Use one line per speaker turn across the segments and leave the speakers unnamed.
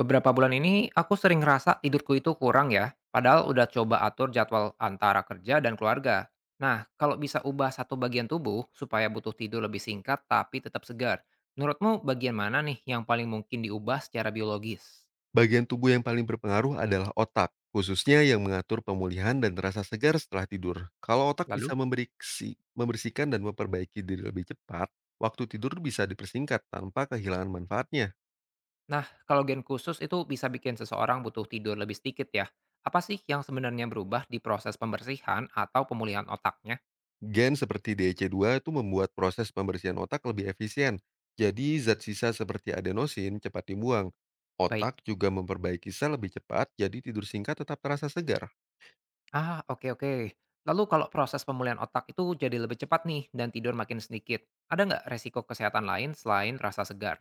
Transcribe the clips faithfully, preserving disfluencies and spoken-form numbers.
Beberapa bulan ini aku sering ngerasa tidurku itu kurang ya, padahal udah coba atur jadwal antara kerja dan keluarga. Nah, kalau bisa ubah satu bagian tubuh supaya butuh tidur lebih singkat tapi tetap segar, menurutmu bagian mana nih yang paling mungkin diubah secara biologis?
Bagian tubuh yang paling berpengaruh adalah otak, khususnya yang mengatur pemulihan dan rasa segar setelah tidur. Kalau otak
Lalu?
bisa memberiksi- membersihkan dan memperbaiki diri lebih cepat, waktu tidur bisa dipersingkat tanpa kehilangan manfaatnya.
Nah, kalau gen khusus itu bisa bikin seseorang butuh tidur lebih sedikit ya. Apa sih yang sebenarnya berubah di proses pembersihan atau pemulihan otaknya?
Gen seperti D H C dua itu membuat proses pembersihan otak lebih efisien. Jadi zat sisa seperti adenosin cepat dibuang.
Baik.
Otak juga memperbaiki sel lebih cepat, jadi tidur singkat tetap terasa segar.
Ah, oke oke. Lalu kalau proses pemulihan otak itu jadi lebih cepat nih dan tidur makin sedikit, ada nggak resiko kesehatan lain selain rasa segar?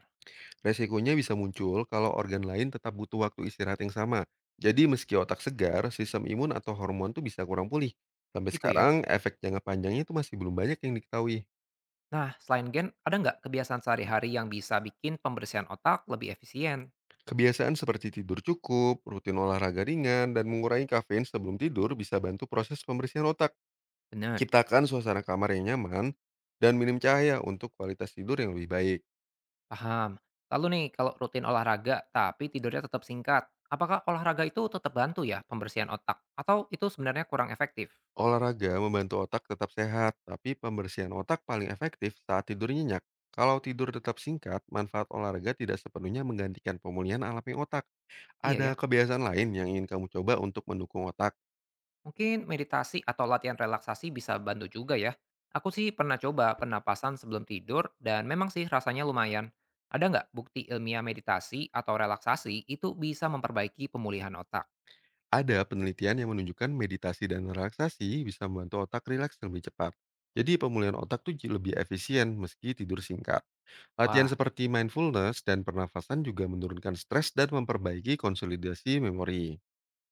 Resikonya bisa muncul kalau organ lain tetap butuh waktu istirahat yang sama. Jadi meski otak segar, sistem imun atau hormon tuh bisa kurang pulih. Sampai
Itu ya.
sekarang, efek jangka panjangnya itu masih belum banyak yang diketahui.
Nah, selain gen, ada nggak kebiasaan sehari-hari yang bisa bikin pembersihan otak lebih efisien?
Kebiasaan seperti tidur cukup, rutin olahraga ringan, dan mengurangi kafein sebelum tidur bisa bantu proses pembersihan otak.
Bener,
Ciptakan suasana kamar yang nyaman, dan minim cahaya untuk kualitas tidur yang lebih baik.
paham. Lalu nih, kalau rutin olahraga tapi tidurnya tetap singkat, apakah olahraga itu tetap bantu ya pembersihan otak? Atau itu sebenarnya kurang efektif?
Olahraga membantu otak tetap sehat, tapi pembersihan otak paling efektif saat tidur nyenyak. Kalau tidur tetap singkat, manfaat olahraga tidak sepenuhnya menggantikan pemulihan alami otak.
Iya
Ada
ya.
kebiasaan lain yang ingin kamu coba untuk mendukung otak.
Mungkin meditasi atau latihan relaksasi bisa bantu juga ya. Aku sih pernah coba penapasan sebelum tidur dan memang sih rasanya lumayan. Ada nggak bukti ilmiah meditasi atau relaksasi itu bisa memperbaiki pemulihan otak?
Ada penelitian yang menunjukkan meditasi dan relaksasi bisa membantu otak rileks lebih cepat. Jadi pemulihan otak tuh j- lebih efisien meski tidur singkat. Latihan
Wah,
seperti mindfulness dan pernafasan juga menurunkan stres dan memperbaiki konsolidasi memori.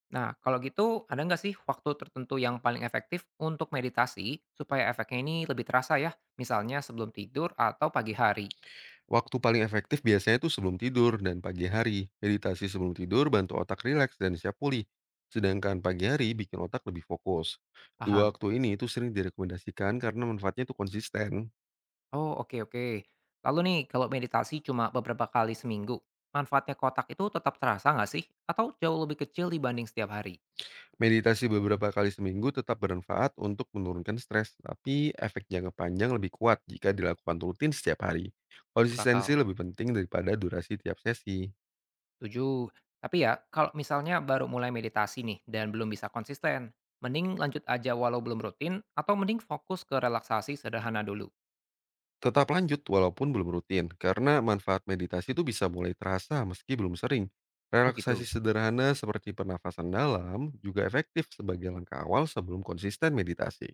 nah kalau gitu ada nggak sih waktu tertentu yang paling efektif untuk meditasi supaya efeknya ini lebih terasa ya? Misalnya sebelum tidur atau pagi hari.
Waktu paling efektif biasanya itu sebelum tidur dan pagi hari. Meditasi sebelum tidur bantu otak rileks dan siap pulih. Sedangkan pagi hari bikin otak lebih fokus. Dua
Paham?
waktu ini itu sering direkomendasikan karena manfaatnya itu konsisten.
Oh, oke oke. Lalu nih, kalau meditasi cuma beberapa kali seminggu, manfaatnya kotak itu tetap terasa nggak sih? Atau jauh lebih kecil dibanding setiap hari?
Meditasi beberapa kali seminggu tetap bermanfaat untuk menurunkan stres, tapi efek jangka panjang lebih kuat jika dilakukan rutin setiap hari.
Masuk
Konsistensi
akal.
lebih penting daripada durasi tiap sesi.
Tujuh. Tapi ya, kalau misalnya baru mulai meditasi nih dan belum bisa konsisten, mending lanjut aja walau belum rutin atau mending fokus ke relaksasi sederhana dulu.
Tetap lanjut walaupun belum rutin, karena manfaat meditasi itu bisa mulai terasa meski belum sering.
Oh gitu.
Relaksasi sederhana seperti pernafasan dalam juga efektif sebagai langkah awal sebelum konsisten meditasi.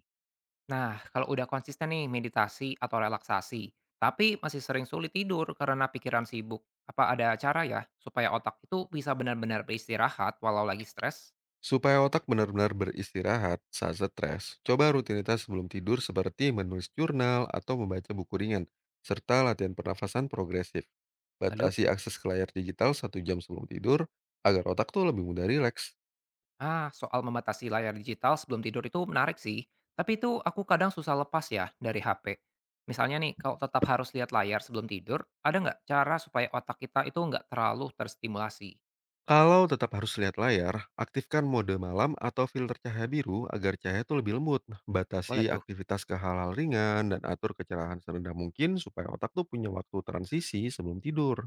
Nah, kalau udah konsisten nih meditasi atau relaksasi, tapi masih sering sulit tidur karena pikiran sibuk, apa ada cara ya supaya otak itu bisa benar-benar beristirahat walau lagi stres?
Supaya otak benar-benar beristirahat saat stres, coba rutinitas sebelum tidur seperti menulis jurnal atau membaca buku ringan, serta latihan pernafasan progresif.
Lalu,
Batasi akses ke layar digital satu jam sebelum tidur agar otak tuh lebih mudah rileks.
ah soal membatasi layar digital sebelum tidur itu menarik sih, tapi itu aku kadang susah lepas ya dari H P. Misalnya nih, kalau tetap harus lihat layar sebelum tidur, ada nggak cara supaya otak kita itu nggak terlalu terstimulasi?
Kalau tetap harus lihat layar, aktifkan mode malam atau filter cahaya biru agar cahaya itu lebih lembut. Batasi
Boleh tuh.
aktivitas ke hal-hal ringan dan atur kecerahan serendah mungkin supaya otak tuh punya waktu transisi sebelum tidur.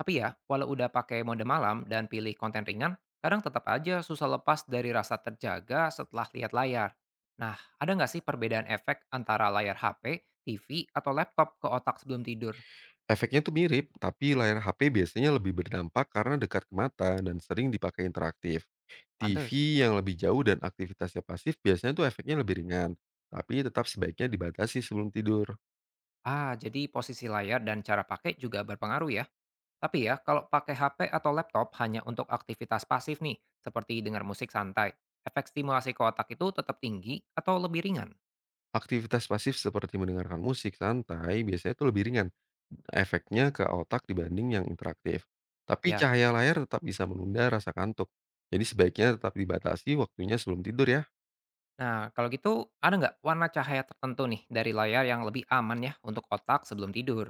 Tapi ya, walau udah pakai mode malam dan pilih konten ringan, kadang tetap aja susah lepas dari rasa terjaga setelah lihat layar. Nah, ada nggak sih perbedaan efek antara layar H P, T V, atau laptop ke otak sebelum tidur?
Efeknya tuh mirip, tapi layar H P biasanya lebih berdampak karena dekat ke mata dan sering dipakai interaktif. T V
Pantes.
yang lebih jauh dan aktivitasnya pasif biasanya tuh efeknya lebih ringan, tapi tetap sebaiknya dibatasi sebelum tidur.
Ah, jadi posisi layar dan cara pakai juga berpengaruh ya. Tapi ya, kalau pakai H P atau laptop hanya untuk aktivitas pasif nih, seperti dengar musik santai, efek stimulasi ke otak itu tetap tinggi atau lebih ringan?
Aktivitas pasif seperti mendengarkan musik santai biasanya itu lebih ringan efeknya ke otak dibanding yang interaktif. Tapi
Ya.
cahaya layar tetap bisa menunda rasa kantuk. Jadi sebaiknya tetap dibatasi waktunya sebelum tidur ya.
Nah, kalau gitu ada nggak warna cahaya tertentu nih dari layar yang lebih aman ya untuk otak sebelum tidur?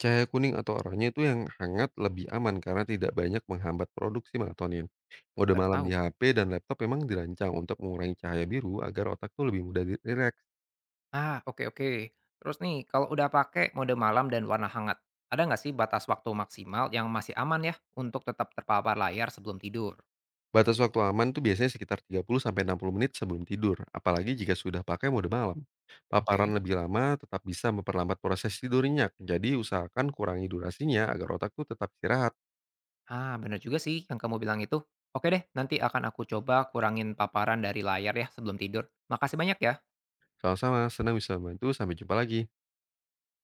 Cahaya kuning atau oranye itu yang hangat lebih aman karena tidak banyak menghambat produksi melatonin. Mode
Baru
malam
tahu.
di H P dan laptop memang dirancang untuk mengurangi cahaya biru agar otak tuh lebih mudah di- rileks.
Ah, oke oke. Terus nih, kalau udah pakai mode malam dan warna hangat, ada nggak sih batas waktu maksimal yang masih aman ya untuk tetap terpapar layar sebelum tidur?
Batas waktu aman tuh biasanya sekitar tiga puluh sampai enam puluh menit sebelum tidur, apalagi jika sudah pakai mode malam.
Oke.
Paparan lebih lama tetap bisa memperlambat proses tidurnya, jadi usahakan kurangi durasinya agar otak tuh tetap istirahat.
Ah, bener juga sih yang kamu bilang itu. Oke deh, nanti akan aku coba kurangin paparan dari layar ya sebelum tidur. Makasih banyak ya.
Sama-sama, senang bisa membantu. Sampai jumpa lagi.